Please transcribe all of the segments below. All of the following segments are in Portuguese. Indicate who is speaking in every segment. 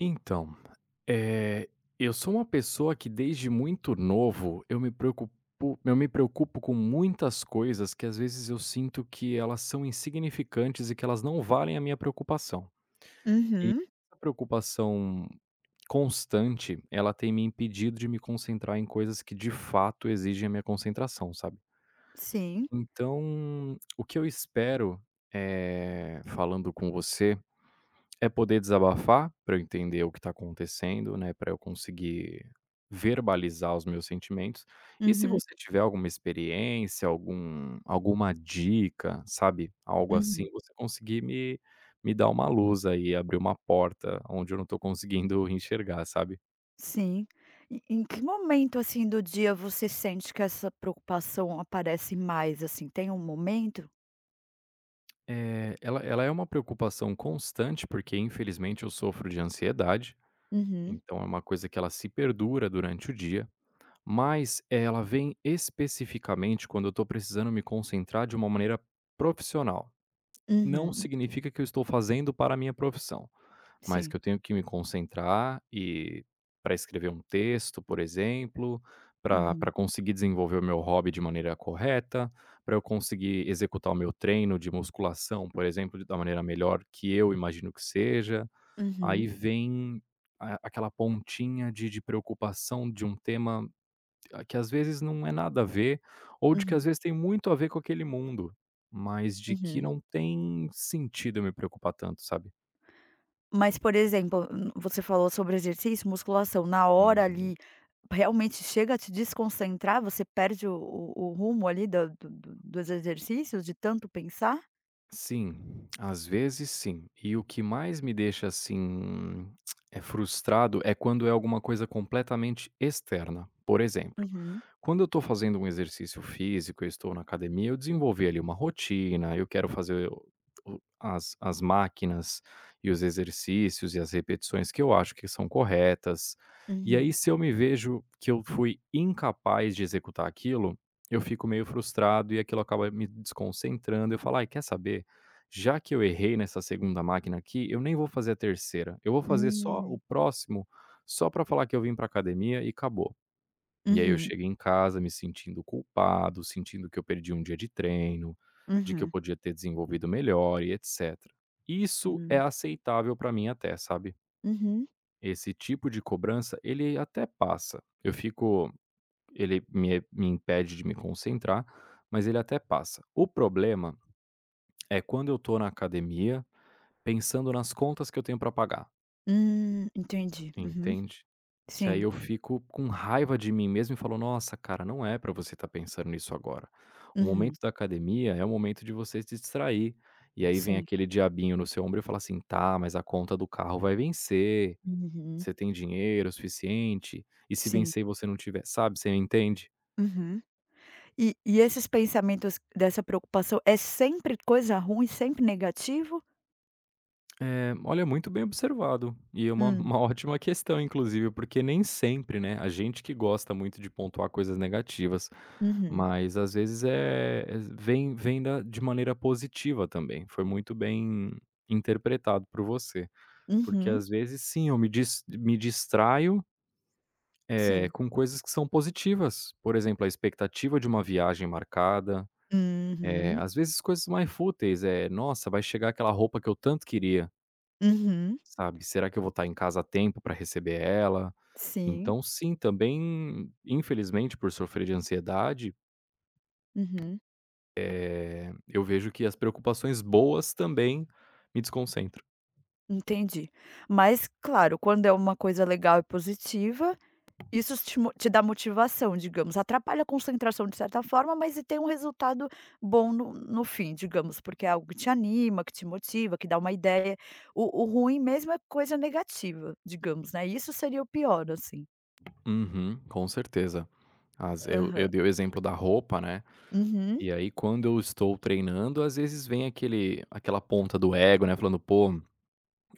Speaker 1: Então, eh, eu sou uma pessoa que desde muito novo eu me preocupo com muitas coisas que às vezes eu sinto que elas são insignificantes e que elas não valem a minha preocupação. E
Speaker 2: Uhum,
Speaker 1: essa preocupação constante, ela tem me impedido de me concentrar em coisas que de fato exigem a minha concentração, sabe.
Speaker 2: sim.
Speaker 1: Então, o que eu espero, falando com você, é poder desabafar, para eu entender o que está acontecendo, né. Para eu conseguir verbalizar os meus sentimentos. E se
Speaker 2: Uhum,
Speaker 1: você tiver alguma experiência, alguma dica, sabe, algo assim,
Speaker 2: uhum,
Speaker 1: você conseguir me dar uma luz aí, abrir uma porta onde eu não estou conseguindo enxergar, sabe.
Speaker 2: sim. E em que momento, assim, do dia você sente que essa preocupação aparece mais, assim, tem um momento?
Speaker 1: É, ela é uma preocupação constante, porque infelizmente eu sofro de ansiedade,
Speaker 2: Uhum,
Speaker 1: então é uma coisa que ela se perdura durante o dia. Mas ela vem especificamente quando eu estou precisando me concentrar de uma maneira profissional. Não
Speaker 2: uhum,
Speaker 1: significa que eu estou fazendo para a minha profissão, mas que
Speaker 2: sim.
Speaker 1: eu tenho que me concentrar e para escrever um texto, por exemplo, para
Speaker 2: Uhum,
Speaker 1: para conseguir desenvolver o meu hobby de maneira correta, para eu conseguir executar o meu treino de musculação, por exemplo, da maneira melhor que eu imagino que seja. Aí
Speaker 2: uhum,
Speaker 1: vem aquela pontinha de preocupação de um tema, que às vezes não é nada a ver, ou de que às
Speaker 2: uhum,
Speaker 1: vezes tem muito a ver com aquele mundo, mas de que
Speaker 2: uhum.
Speaker 1: não tem sentido eu me preocupar tanto, sabe.
Speaker 2: Mas, por exemplo, você falou sobre exercício, musculação, na hora
Speaker 1: Uhum.
Speaker 2: ali, realmente chega a te desconcentrar? Você perde o rumo ali da do dos exercícios de tanto pensar?
Speaker 1: Sim, às vezes sim. E o que mais me deixa, assim, é frustrado é quando é alguma coisa completamente externa. Por exemplo,
Speaker 2: Uhum,
Speaker 1: quando eu estou fazendo um exercício físico, eu estou na academia, eu desenvolvi ali uma rotina, eu quero fazer o as as máquinas e os exercícios e as repetições que eu acho que são corretas. E aí,
Speaker 2: uhum.
Speaker 1: se eu me vejo que eu fui incapaz de executar aquilo, eu fico meio frustrado e aquilo acaba me desconcentrando. Eu falo: "Ai, quer saber? Já que eu errei nessa segunda máquina aqui, eu nem vou fazer a terceira. Eu vou fazer só o
Speaker 2: Hum.
Speaker 1: próximo, só para falar que eu vim para academia e acabou". E aí eu
Speaker 2: Uhum,
Speaker 1: cheguei em casa me sentindo culpado, sentindo que eu perdi um dia de treino, de que eu
Speaker 2: uhum.
Speaker 1: podia ter desenvolvido melhor e etcétera. Isso é
Speaker 2: Hum.
Speaker 1: aceitável pra mim até, sabe.
Speaker 2: Uhum.
Speaker 1: Esse tipo de cobrança, ele até passa. Eu fico, ele me impede de me concentrar, mas ele até passa. O problema é quando eu tô na academia, pensando nas contas que eu tenho pra pagar,
Speaker 2: Entendi. Uhum.
Speaker 1: entende? Que aí
Speaker 2: Sim.
Speaker 1: eu fico com raiva de mim mesmo e falo: "Nossa, cara, não é pra você estar pensando nisso agora. O
Speaker 2: Uhum.
Speaker 1: momento da academia é o momento de você se distrair". E aí vem
Speaker 2: Sim.
Speaker 1: aquele diabinho no seu ombro e fala assim: "Tá, mas a conta do carro vai vencer.
Speaker 2: Uhum.
Speaker 1: Você tem dinheiro suficiente? E se
Speaker 2: Sim.
Speaker 1: vencer e você não tiver?". Sabe, você entende?
Speaker 2: Uhum. E esses pensamentos dessa preocupação é sempre coisa ruim, sempre negativo?
Speaker 1: É, olha, muito bem observado. E é uma,
Speaker 2: Hum.
Speaker 1: uma ótima questão, inclusive, porque nem sempre, né? A gente que gosta muito de pontuar coisas negativas,
Speaker 2: Uhum.
Speaker 1: mas às vezes vem de maneira positiva também. Foi muito bem interpretado por você. Porque
Speaker 2: Uhum.
Speaker 1: às vezes, sim, eu me distraio, é,
Speaker 2: Sim.
Speaker 1: com coisas que são positivas. Por exemplo, a expectativa de uma viagem marcada. É,
Speaker 2: Uhum.
Speaker 1: às vezes coisas mais fúteis, é, nossa, vai chegar aquela roupa que eu tanto queria.
Speaker 2: Uhum.
Speaker 1: Sabe, será que eu vou estar em casa a tempo para receber ela?
Speaker 2: Sim.
Speaker 1: Então sim, também, infelizmente, por sofrer de ansiedade,
Speaker 2: Uhum.
Speaker 1: eu vejo que as preocupações boas também me desconcentram.
Speaker 2: Entendi. Mas, claro, quando é uma coisa legal e positiva. Isso te dá motivação, digamos, atrapalha a concentração de certa forma, mas e tem um resultado bom no fim, digamos, porque é algo que te anima, que te motiva, que dá uma ideia. O ruim mesmo é coisa negativa, digamos, né, isso seria o pior, assim.
Speaker 1: Uhum, com certeza. As eu
Speaker 2: Aham.
Speaker 1: dei o exemplo da roupa, né,
Speaker 2: Uhum.
Speaker 1: e aí quando eu estou treinando, às vezes vem aquele aquela ponta do ego, né, falando: "Pô,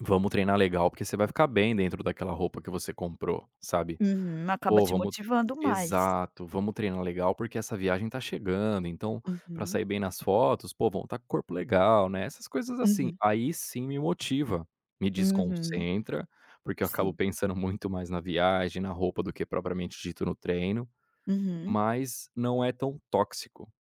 Speaker 1: vamos treinar legal, porque você vai ficar bem dentro daquela roupa que você comprou", sabe.
Speaker 2: Uhum. Acaba
Speaker 1: Pô,
Speaker 2: te
Speaker 1: vamos
Speaker 2: motivando mais.
Speaker 1: exato, vamos treinar legal, porque essa viagem tá chegando, então, pra
Speaker 2: Uhum.
Speaker 1: sair bem nas fotos, pô, vamos estar com o corpo legal, né, essas coisas assim.
Speaker 2: Uhum.
Speaker 1: Aí sim me motiva, me
Speaker 2: Uhum.
Speaker 1: desconcentra, porque eu acabo
Speaker 2: Sim.
Speaker 1: pensando muito mais na viagem, na roupa do que propriamente dito no treino,
Speaker 2: Uhum.
Speaker 1: mas não é tão tóxico,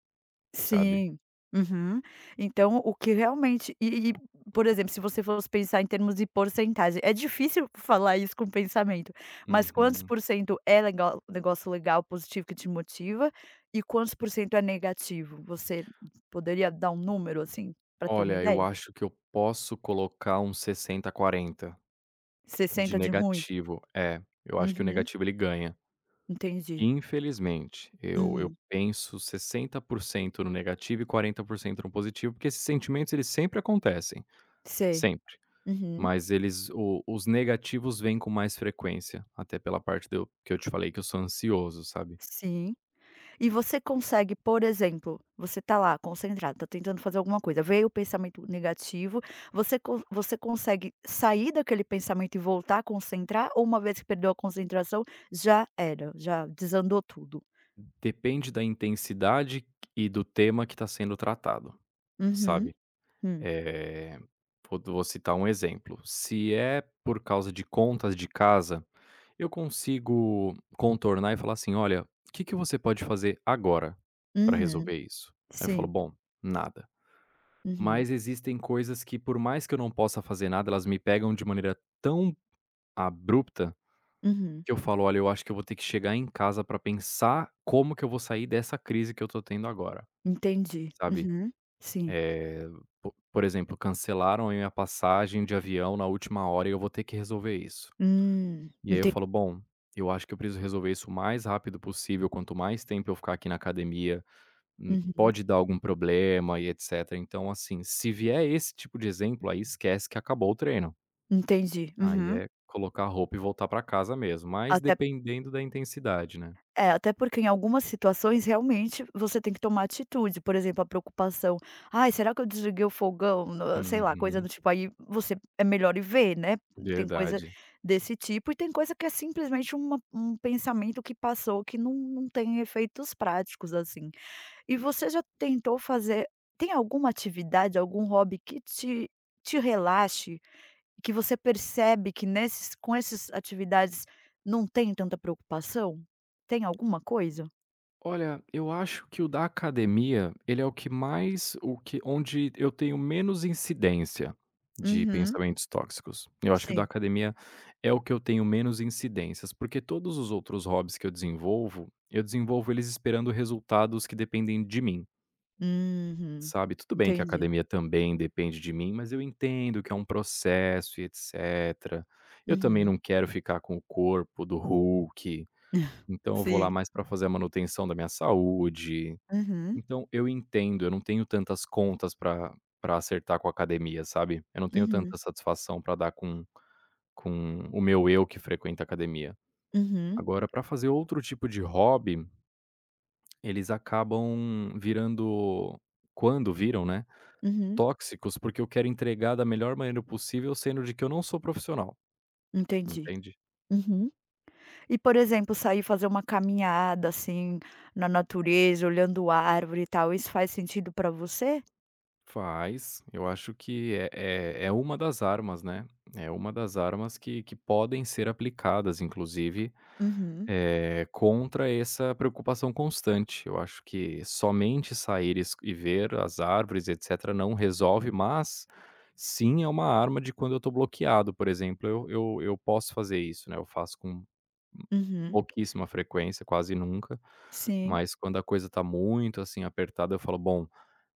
Speaker 1: sabe.
Speaker 2: Sim. Uhum. Então o que realmente e, por exemplo, se você fosse pensar em termos de porcentagem, é difícil falar isso com pensamento, mas quantos
Speaker 1: Uhum.
Speaker 2: por cento é legal negócio legal, positivo, que te motiva, e quantos por cento é negativo? Você poderia dar um número, assim, para ter uma
Speaker 1: Olha, eu
Speaker 2: ideia?
Speaker 1: acho que eu posso colocar um 60, 40 de
Speaker 2: 60 de ruim?
Speaker 1: negativo. É, eu acho que o
Speaker 2: Uhum,
Speaker 1: negativo ele ganha.
Speaker 2: entendi.
Speaker 1: Infelizmente, eu
Speaker 2: Uhum.
Speaker 1: penso 60% no negativo e 40% no positivo, porque esses sentimentos eles sempre acontecem,
Speaker 2: Sei.
Speaker 1: sempre,
Speaker 2: Uhum.
Speaker 1: mas eles, o os negativos vêm com mais frequência, até pela parte do que eu te falei que eu sou ansioso, sabe.
Speaker 2: Sim. E você consegue, por exemplo, você tá lá concentrado, tá tentando fazer alguma coisa, veio o pensamento negativo, você consegue sair daquele pensamento e voltar a concentrar ou uma vez que perdeu a concentração, já era, já desandou tudo?
Speaker 1: Depende da intensidade e do tema que está sendo tratado,
Speaker 2: Uhum,
Speaker 1: sabe.
Speaker 2: hum,
Speaker 1: Eh, vou citar um exemplo, se é por causa de contas de casa, eu consigo contornar e falar assim: "Olha, o que que você pode fazer agora para
Speaker 2: uhum,
Speaker 1: resolver isso?". Aí eu falo:
Speaker 2: sim,
Speaker 1: "Bom, nada".
Speaker 2: uhum,
Speaker 1: Mas existem coisas que por mais que eu não possa fazer nada, elas me pegam de maneira tão abrupta,
Speaker 2: uhum,
Speaker 1: que eu falo: "Olha, eu acho que eu vou ter que chegar em casa para pensar como que eu vou sair dessa crise que eu tô tendo agora",
Speaker 2: entendi,
Speaker 1: sabe.
Speaker 2: uhum, sim,
Speaker 1: Eh, po por exemplo, cancelaram a minha passagem de avião na última hora e eu vou ter que resolver isso. E aí eu
Speaker 2: enten
Speaker 1: falo: "Bom, eu acho que eu preciso resolver isso o mais rápido possível, quanto mais tempo eu ficar aqui na academia,
Speaker 2: uhum,
Speaker 1: pode dar algum problema e etcétera". Então, assim, se vier esse tipo de exemplo, aí esquece que acabou o treino.
Speaker 2: entendi,
Speaker 1: Aí
Speaker 2: uhum.
Speaker 1: é colocar a roupa e voltar para casa mesmo, mas
Speaker 2: até
Speaker 1: dependendo da intensidade, né.
Speaker 2: É, até porque em algumas situações realmente você tem que tomar atitude, por exemplo, a preocupação: "Ai, será que eu desliguei o fogão?", no sei lá, coisa
Speaker 1: Uhum,
Speaker 2: do tipo, aí você é melhor ir ver, né. Tem coisa
Speaker 1: verdade.
Speaker 2: desse tipo e tem coisa que é simplesmente uma um pensamento que passou que não tem efeitos práticos, assim. E você já tentou fazer tem alguma atividade, algum hobby que te relaxe? Que você percebe que nesses com essas atividades não tem tanta preocupação? Tem alguma coisa?
Speaker 1: Olha, eu acho que o da academia, ele é o que mais, o que onde eu tenho menos incidência de
Speaker 2: Uhum.
Speaker 1: pensamentos tóxicos. Eu acho que o da
Speaker 2: Sim.
Speaker 1: academia é o que eu tenho menos incidências, porque todos os outros hobbies que eu desenvolvo eles esperando resultados que dependem de mim,
Speaker 2: Uhum.
Speaker 1: sabe? Tudo bem que a
Speaker 2: Entendi.
Speaker 1: academia também depende de mim, mas eu entendo que é um processo e etc. Eu também
Speaker 2: Uhum.
Speaker 1: não quero ficar com o corpo do Hulk, então eu vou lá
Speaker 2: Sim.
Speaker 1: mais para fazer a manutenção da minha saúde,
Speaker 2: Uhum.
Speaker 1: então, eu entendo, eu não tenho tantas contas pra acertar com a academia, sabe. Eu não tenho
Speaker 2: Uhum.
Speaker 1: tanta satisfação pra dar com o meu eu que frequenta a academia.
Speaker 2: Uhum.
Speaker 1: Agora pra fazer outro tipo de hobby, eles acabam virando, quando viram, né,
Speaker 2: Uhum.
Speaker 1: tóxicos, porque eu quero entregar da melhor maneira possível, sendo de que eu não sou profissional,
Speaker 2: Entendi.
Speaker 1: entende.
Speaker 2: Uhum. E, por exemplo, sair fazer uma caminhada, assim, na natureza, olhando árvore e tal, isso faz sentido pra você?
Speaker 1: Faz, eu acho que é uma das armas, né, é uma das armas que podem ser aplicadas, inclusive.
Speaker 2: Uhum.
Speaker 1: Contra essa preocupação constante. Eu acho que somente sair es e ver as árvores, etcétera, não resolve, mas sim é uma arma de quando eu estou bloqueado, por exemplo, eu posso fazer isso, né, eu faço com
Speaker 2: Uhum.
Speaker 1: pouquíssima frequência, quase nunca,
Speaker 2: Sim.
Speaker 1: mas quando a coisa está muito, assim, apertada, eu falo: "Bom,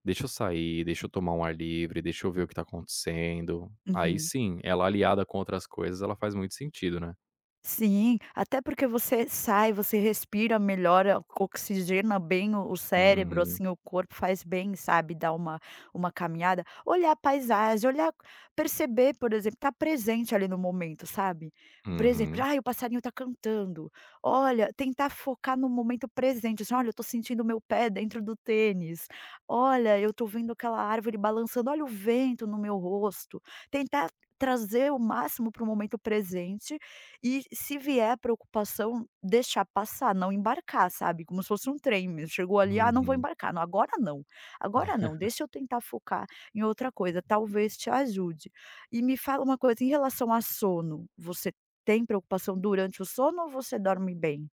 Speaker 1: deixa eu sair, deixa eu tomar um ar livre, deixa eu ver o que está acontecendo". Aí
Speaker 2: Uhum.
Speaker 1: sim, ela aliada com outras coisas, ela faz muito sentido, né.
Speaker 2: Sim, até porque você sai, você respira, melhora, oxigena bem o cérebro,
Speaker 1: Uhum,
Speaker 2: assim, o corpo faz bem, sabe, dar uma caminhada, olhar a paisagem, olhar perceber, por exemplo, estar presente ali no momento, sabe. Por exemplo:
Speaker 1: uhum.
Speaker 2: "Ai, o passarinho tá cantando". Olha, tentar focar no momento presente, assim: "Olha, eu tô sentindo o meu pé dentro do tênis. Olha, eu tô vendo aquela árvore balançando, olha o vento no meu rosto". Tentar trazer o máximo para o momento presente e se vier preocupação, deixar passar, não embarcar, sabe, como se fosse um trem mesmo, chegou ali: "Ah, não vou
Speaker 1: Uhum.
Speaker 2: embarcar, não, agora não, agora não, deixa eu tentar focar em outra coisa, talvez te ajude". E me fala uma coisa, em relação a sono, você tem preocupação durante o sono ou você dorme bem?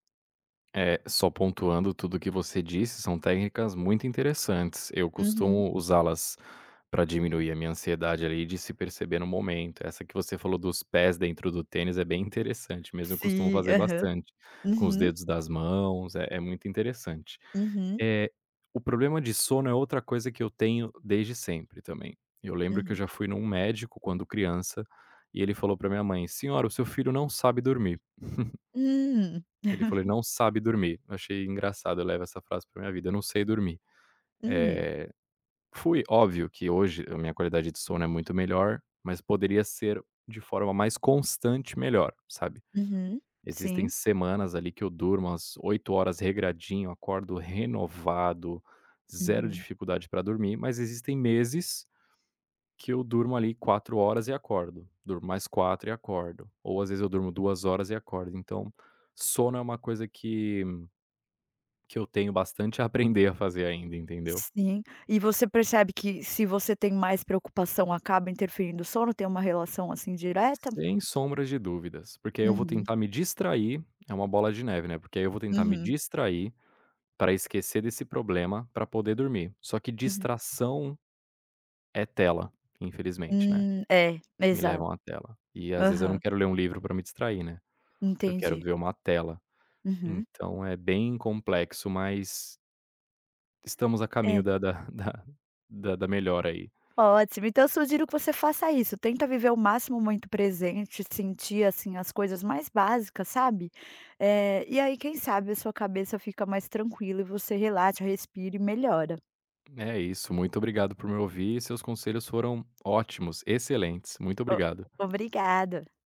Speaker 1: É, só pontuando tudo que você disse, são técnicas muito interessantes. Eu
Speaker 2: Uhum.
Speaker 1: costumo usá-las para diminuir a minha ansiedade ali de se perceber no momento. Essa que você falou dos pés dentro do tênis é bem interessante mesmo, eu costumo
Speaker 2: Sim,
Speaker 1: fazer
Speaker 2: aham.
Speaker 1: bastante com os
Speaker 2: Uhum,
Speaker 1: dedos das mãos, é muito interessante.
Speaker 2: uhum,
Speaker 1: Eh, o problema de sono é outra coisa que eu tenho desde sempre também. Eu lembro que eu
Speaker 2: uhum.
Speaker 1: já fui num médico quando criança e ele falou para minha mãe: "Senhora, o seu filho não sabe dormir".
Speaker 2: Hum.
Speaker 1: Ele falou: "Ele não sabe dormir". Eu achei engraçado, eu levo essa frase pra minha vida, eu não sei dormir.
Speaker 2: Hum.
Speaker 1: Eh, fui óbvio que hoje a minha qualidade de sono é muito melhor, mas poderia ser de forma mais constante melhor, sabe.
Speaker 2: Uhum.
Speaker 1: Existem
Speaker 2: Sim.
Speaker 1: semanas ali que eu durmo às 8 horas regradinho, acordo renovado, zero
Speaker 2: Uhum.
Speaker 1: dificuldade pra dormir, mas existem meses que eu durmo ali 4 horas e acordo, durmo mais 4 e acordo, ou às vezes eu durmo 2 horas e acordo. Então, sono é uma coisa que eu tenho bastante a aprender a fazer ainda, entendeu?
Speaker 2: Sim. E você percebe que se você tem mais preocupação acaba interferindo no sono, tem uma relação, assim, direta?
Speaker 1: Sem sombras de dúvidas, porque aí eu vou
Speaker 2: Uhum,
Speaker 1: tentar me distrair, é uma bola de neve, né, porque aí eu vou tentar me
Speaker 2: uhum,
Speaker 1: distrair para esquecer desse problema, para poder dormir. Só que
Speaker 2: uhum.
Speaker 1: distração é tela, infelizmente, né,
Speaker 2: É,
Speaker 1: me
Speaker 2: exato.
Speaker 1: levam à tela. E às vezes eu não
Speaker 2: Aham,
Speaker 1: quero ler um livro para me distrair, né, eu quero
Speaker 2: entendi.
Speaker 1: ver uma tela.
Speaker 2: Uhum.
Speaker 1: Então é bem complexo, mas estamos a caminho
Speaker 2: É,
Speaker 1: da da da melhora aí.
Speaker 2: ótimo. Então eu sugiro que você faça isso, tenta viver o máximo muito presente, sentir, assim, as coisas mais básicas, sabe. E aí quem sabe a sua cabeça fica mais tranquila e você relaxa, respira e melhora.
Speaker 1: É isso, muito obrigado por me ouvir, seus conselhos foram ótimos, excelentes, muito
Speaker 2: O
Speaker 1: obrigado.
Speaker 2: Obrigada.